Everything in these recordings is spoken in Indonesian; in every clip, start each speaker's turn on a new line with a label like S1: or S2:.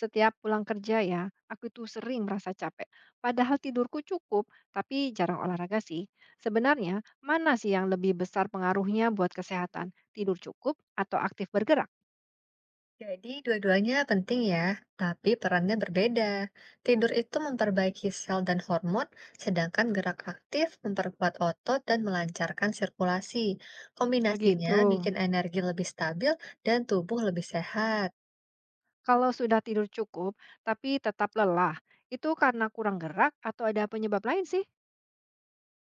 S1: Setiap pulang kerja ya, aku itu sering merasa capek. Padahal tidurku cukup, tapi jarang olahraga sih. Sebenarnya, mana sih yang lebih besar pengaruhnya buat kesehatan? Tidur cukup atau aktif bergerak?
S2: Jadi, dua-duanya penting ya, tapi perannya berbeda. Tidur itu memperbaiki sel dan hormon, sedangkan gerak aktif memperkuat otot dan melancarkan sirkulasi.
S1: Begitu.
S2: Kombinasinya bikin energi lebih stabil dan tubuh lebih sehat.
S1: Kalau sudah tidur cukup, tapi tetap lelah, itu karena kurang gerak atau ada penyebab lain sih?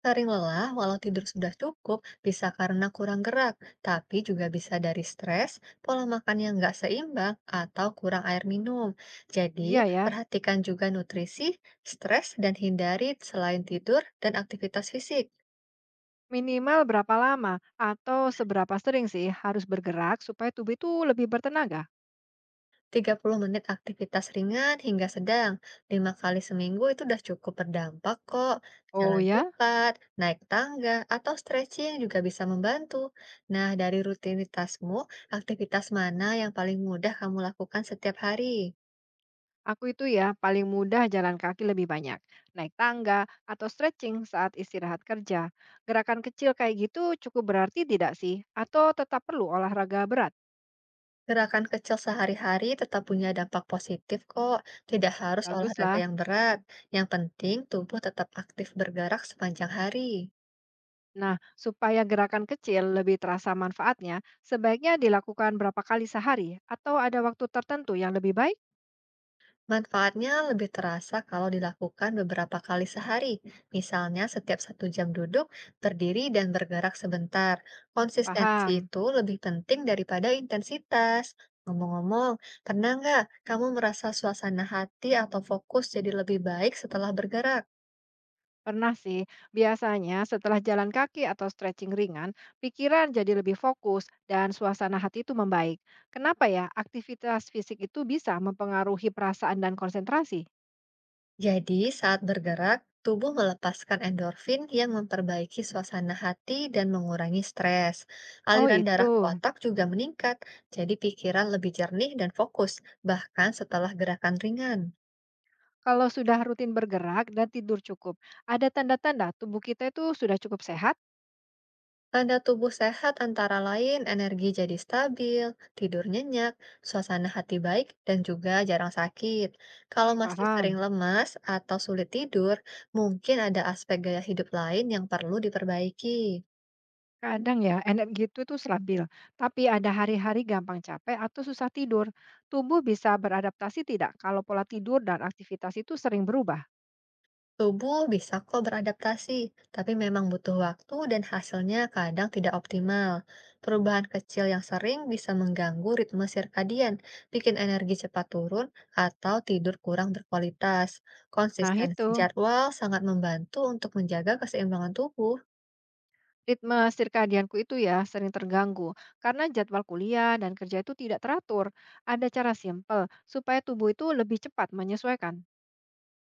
S2: Sering lelah walau tidur sudah cukup bisa karena kurang gerak, tapi juga bisa dari stres, pola makan yang nggak seimbang, atau kurang air minum. Jadi,
S1: Iya ya.
S2: perhatikan juga nutrisi, stres, dan hindari selain tidur dan aktivitas fisik.
S1: Minimal berapa lama atau seberapa sering sih harus bergerak supaya tubuh itu lebih bertenaga?
S2: 30 menit aktivitas ringan hingga sedang, lima kali seminggu itu udah cukup berdampak kok.
S1: Oh
S2: Jalan
S1: ya,
S2: cepat, naik tangga, atau stretching juga bisa membantu. Nah, dari rutinitasmu, aktivitas mana yang paling mudah kamu lakukan setiap hari?
S1: aku itu ya paling mudah jalan kaki lebih banyak, naik tangga atau stretching saat istirahat kerja. Gerakan kecil kayak gitu cukup berarti tidak sih? Atau tetap perlu olahraga berat?
S2: Gerakan kecil sehari-hari tetap punya dampak positif kok, tidak harus olahraga
S1: Baguslah.
S2: yang berat. Yang penting tubuh tetap aktif bergerak sepanjang hari.
S1: Nah, supaya gerakan kecil lebih terasa manfaatnya, sebaiknya dilakukan berapa kali sehari atau ada waktu tertentu yang lebih baik?
S2: Manfaatnya lebih terasa kalau dilakukan beberapa kali sehari, misalnya setiap satu jam duduk, berdiri, dan bergerak sebentar. Konsistensi
S1: Paham.
S2: itu lebih penting daripada intensitas. Ngomong-ngomong, pernah nggak kamu merasa suasana hati atau fokus jadi lebih baik setelah bergerak?
S1: Pernah sih, biasanya setelah jalan kaki atau stretching ringan, pikiran jadi lebih fokus dan suasana hati itu membaik. Kenapa ya? Aktivitas fisik itu bisa mempengaruhi perasaan dan konsentrasi.
S2: Jadi, saat bergerak, tubuh melepaskan endorfin yang memperbaiki suasana hati dan mengurangi stres.
S1: Oh
S2: Aliran darah ke
S1: itu,
S2: otak juga meningkat, jadi pikiran lebih jernih dan fokus, bahkan setelah gerakan ringan.
S1: kalau sudah rutin bergerak dan tidur cukup, ada tanda-tanda tubuh kita itu sudah cukup sehat?
S2: Tanda tubuh sehat antara lain energi jadi stabil, tidur nyenyak, suasana hati baik, dan juga jarang sakit. Kalau
S1: Hmm,
S2: masih sering
S1: paham.
S2: lemas atau sulit tidur, mungkin ada aspek gaya hidup lain yang perlu diperbaiki.
S1: Kadang ya, energi itu tuh stabil, tapi ada hari-hari gampang capek atau susah tidur. Tubuh bisa beradaptasi tidak kalau pola tidur dan aktivitas itu sering berubah?
S2: Tubuh bisa kok beradaptasi, tapi memang butuh waktu dan hasilnya kadang tidak optimal. Perubahan kecil yang sering bisa mengganggu ritme sirkadian, bikin energi cepat turun, atau tidur kurang berkualitas.
S1: Nah,
S2: Konsistensi
S1: itu
S2: jadwal sangat membantu untuk menjaga keseimbangan tubuh.
S1: ritme sirkadianku itu ya sering terganggu karena jadwal kuliah dan kerja itu tidak teratur. Ada cara simpel supaya tubuh itu lebih cepat menyesuaikan.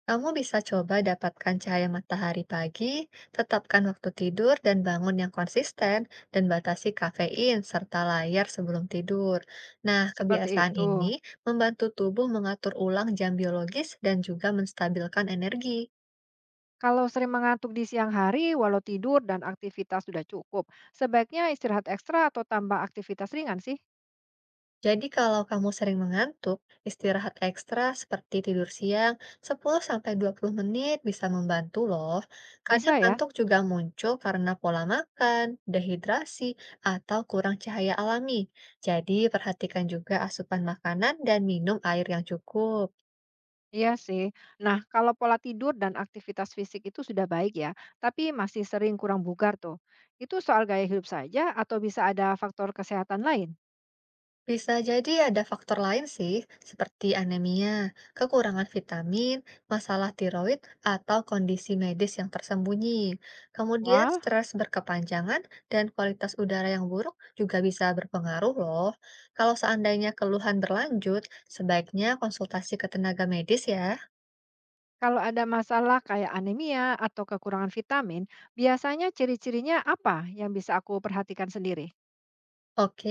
S2: Kamu bisa coba dapatkan cahaya matahari pagi, tetapkan waktu tidur dan bangun yang konsisten, dan batasi kafein serta layar sebelum tidur. Nah,
S1: Seperti
S2: kebiasaan
S1: itu.
S2: ini membantu tubuh mengatur ulang jam biologis dan juga menstabilkan energi.
S1: Kalau sering mengantuk di siang hari, walau tidur dan aktivitas sudah cukup, sebaiknya istirahat ekstra atau tambah aktivitas ringan sih.
S2: Jadi kalau kamu sering mengantuk, istirahat ekstra seperti tidur siang 10-20 menit bisa membantu loh. Kadang
S1: Bisa ya?
S2: kantuk juga muncul karena pola makan, dehidrasi, atau kurang cahaya alami. Jadi perhatikan juga asupan makanan dan minum air yang cukup.
S1: Iya sih. Nah, kalau pola tidur dan aktivitas fisik itu sudah baik ya, tapi masih sering kurang bugar tuh. Itu soal gaya hidup saja atau bisa ada faktor kesehatan lain?
S2: Bisa jadi ada faktor lain sih, seperti anemia, kekurangan vitamin, masalah tiroid, atau kondisi medis yang tersembunyi. Kemudian
S1: Wah,
S2: stres berkepanjangan dan kualitas udara yang buruk juga bisa berpengaruh loh. Kalau seandainya keluhan berlanjut, sebaiknya konsultasi ke tenaga medis ya.
S1: kalau ada masalah kayak anemia atau kekurangan vitamin, biasanya ciri-cirinya apa yang bisa aku perhatikan sendiri?
S2: Oke,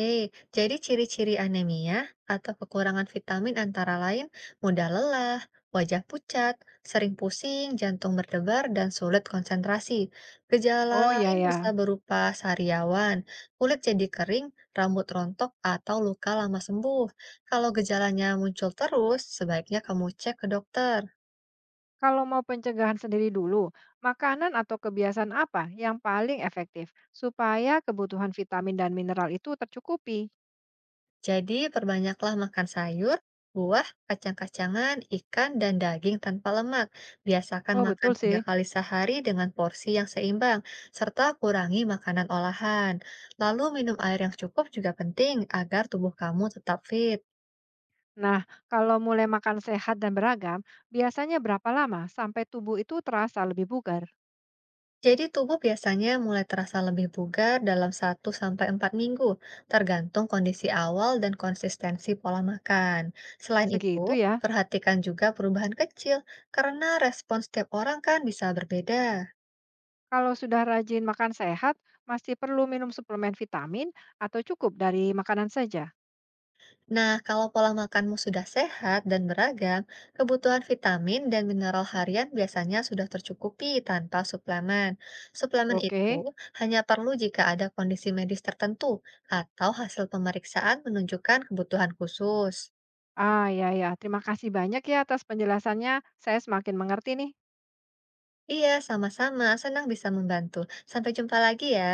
S2: jadi ciri-ciri anemia atau kekurangan vitamin antara lain mudah lelah, wajah pucat, sering pusing, jantung berdebar, dan sulit konsentrasi. Gejala
S1: Oh ya
S2: lain bisa
S1: ya,
S2: berupa sariawan, kulit jadi kering, rambut rontok, atau luka lama sembuh. Kalau gejalanya muncul terus, sebaiknya kamu cek ke dokter.
S1: kalau mau pencegahan sendiri dulu, makanan atau kebiasaan apa yang paling efektif supaya kebutuhan vitamin dan mineral itu tercukupi?
S2: Jadi, perbanyaklah makan sayur, buah, kacang-kacangan, ikan, dan daging tanpa lemak. Biasakan
S1: Oh
S2: makan
S1: betul
S2: tiga
S1: sih.
S2: kali sehari dengan porsi yang seimbang, serta kurangi makanan olahan. Lalu, minum air yang cukup juga penting agar tubuh kamu tetap fit.
S1: Nah, kalau mulai makan sehat dan beragam, biasanya berapa lama sampai tubuh itu terasa lebih bugar?
S2: Jadi tubuh biasanya mulai terasa lebih bugar dalam satu sampai empat minggu, tergantung kondisi awal dan konsistensi pola makan. Selain itu,
S1: Segitu ya.
S2: perhatikan juga perubahan kecil, karena respons setiap orang kan bisa berbeda.
S1: Kalau sudah rajin makan sehat, masih perlu minum suplemen vitamin atau cukup dari makanan saja?
S2: Nah, kalau pola makanmu sudah sehat dan beragam, kebutuhan vitamin dan mineral harian biasanya sudah tercukupi tanpa suplemen. Suplemen itu
S1: Oke.
S2: hanya perlu jika ada kondisi medis tertentu atau hasil pemeriksaan menunjukkan kebutuhan khusus.
S1: Ah, ya ya. Terima kasih banyak ya atas penjelasannya. Saya semakin mengerti nih.
S2: Iya, sama-sama. Senang bisa membantu. Sampai jumpa lagi ya.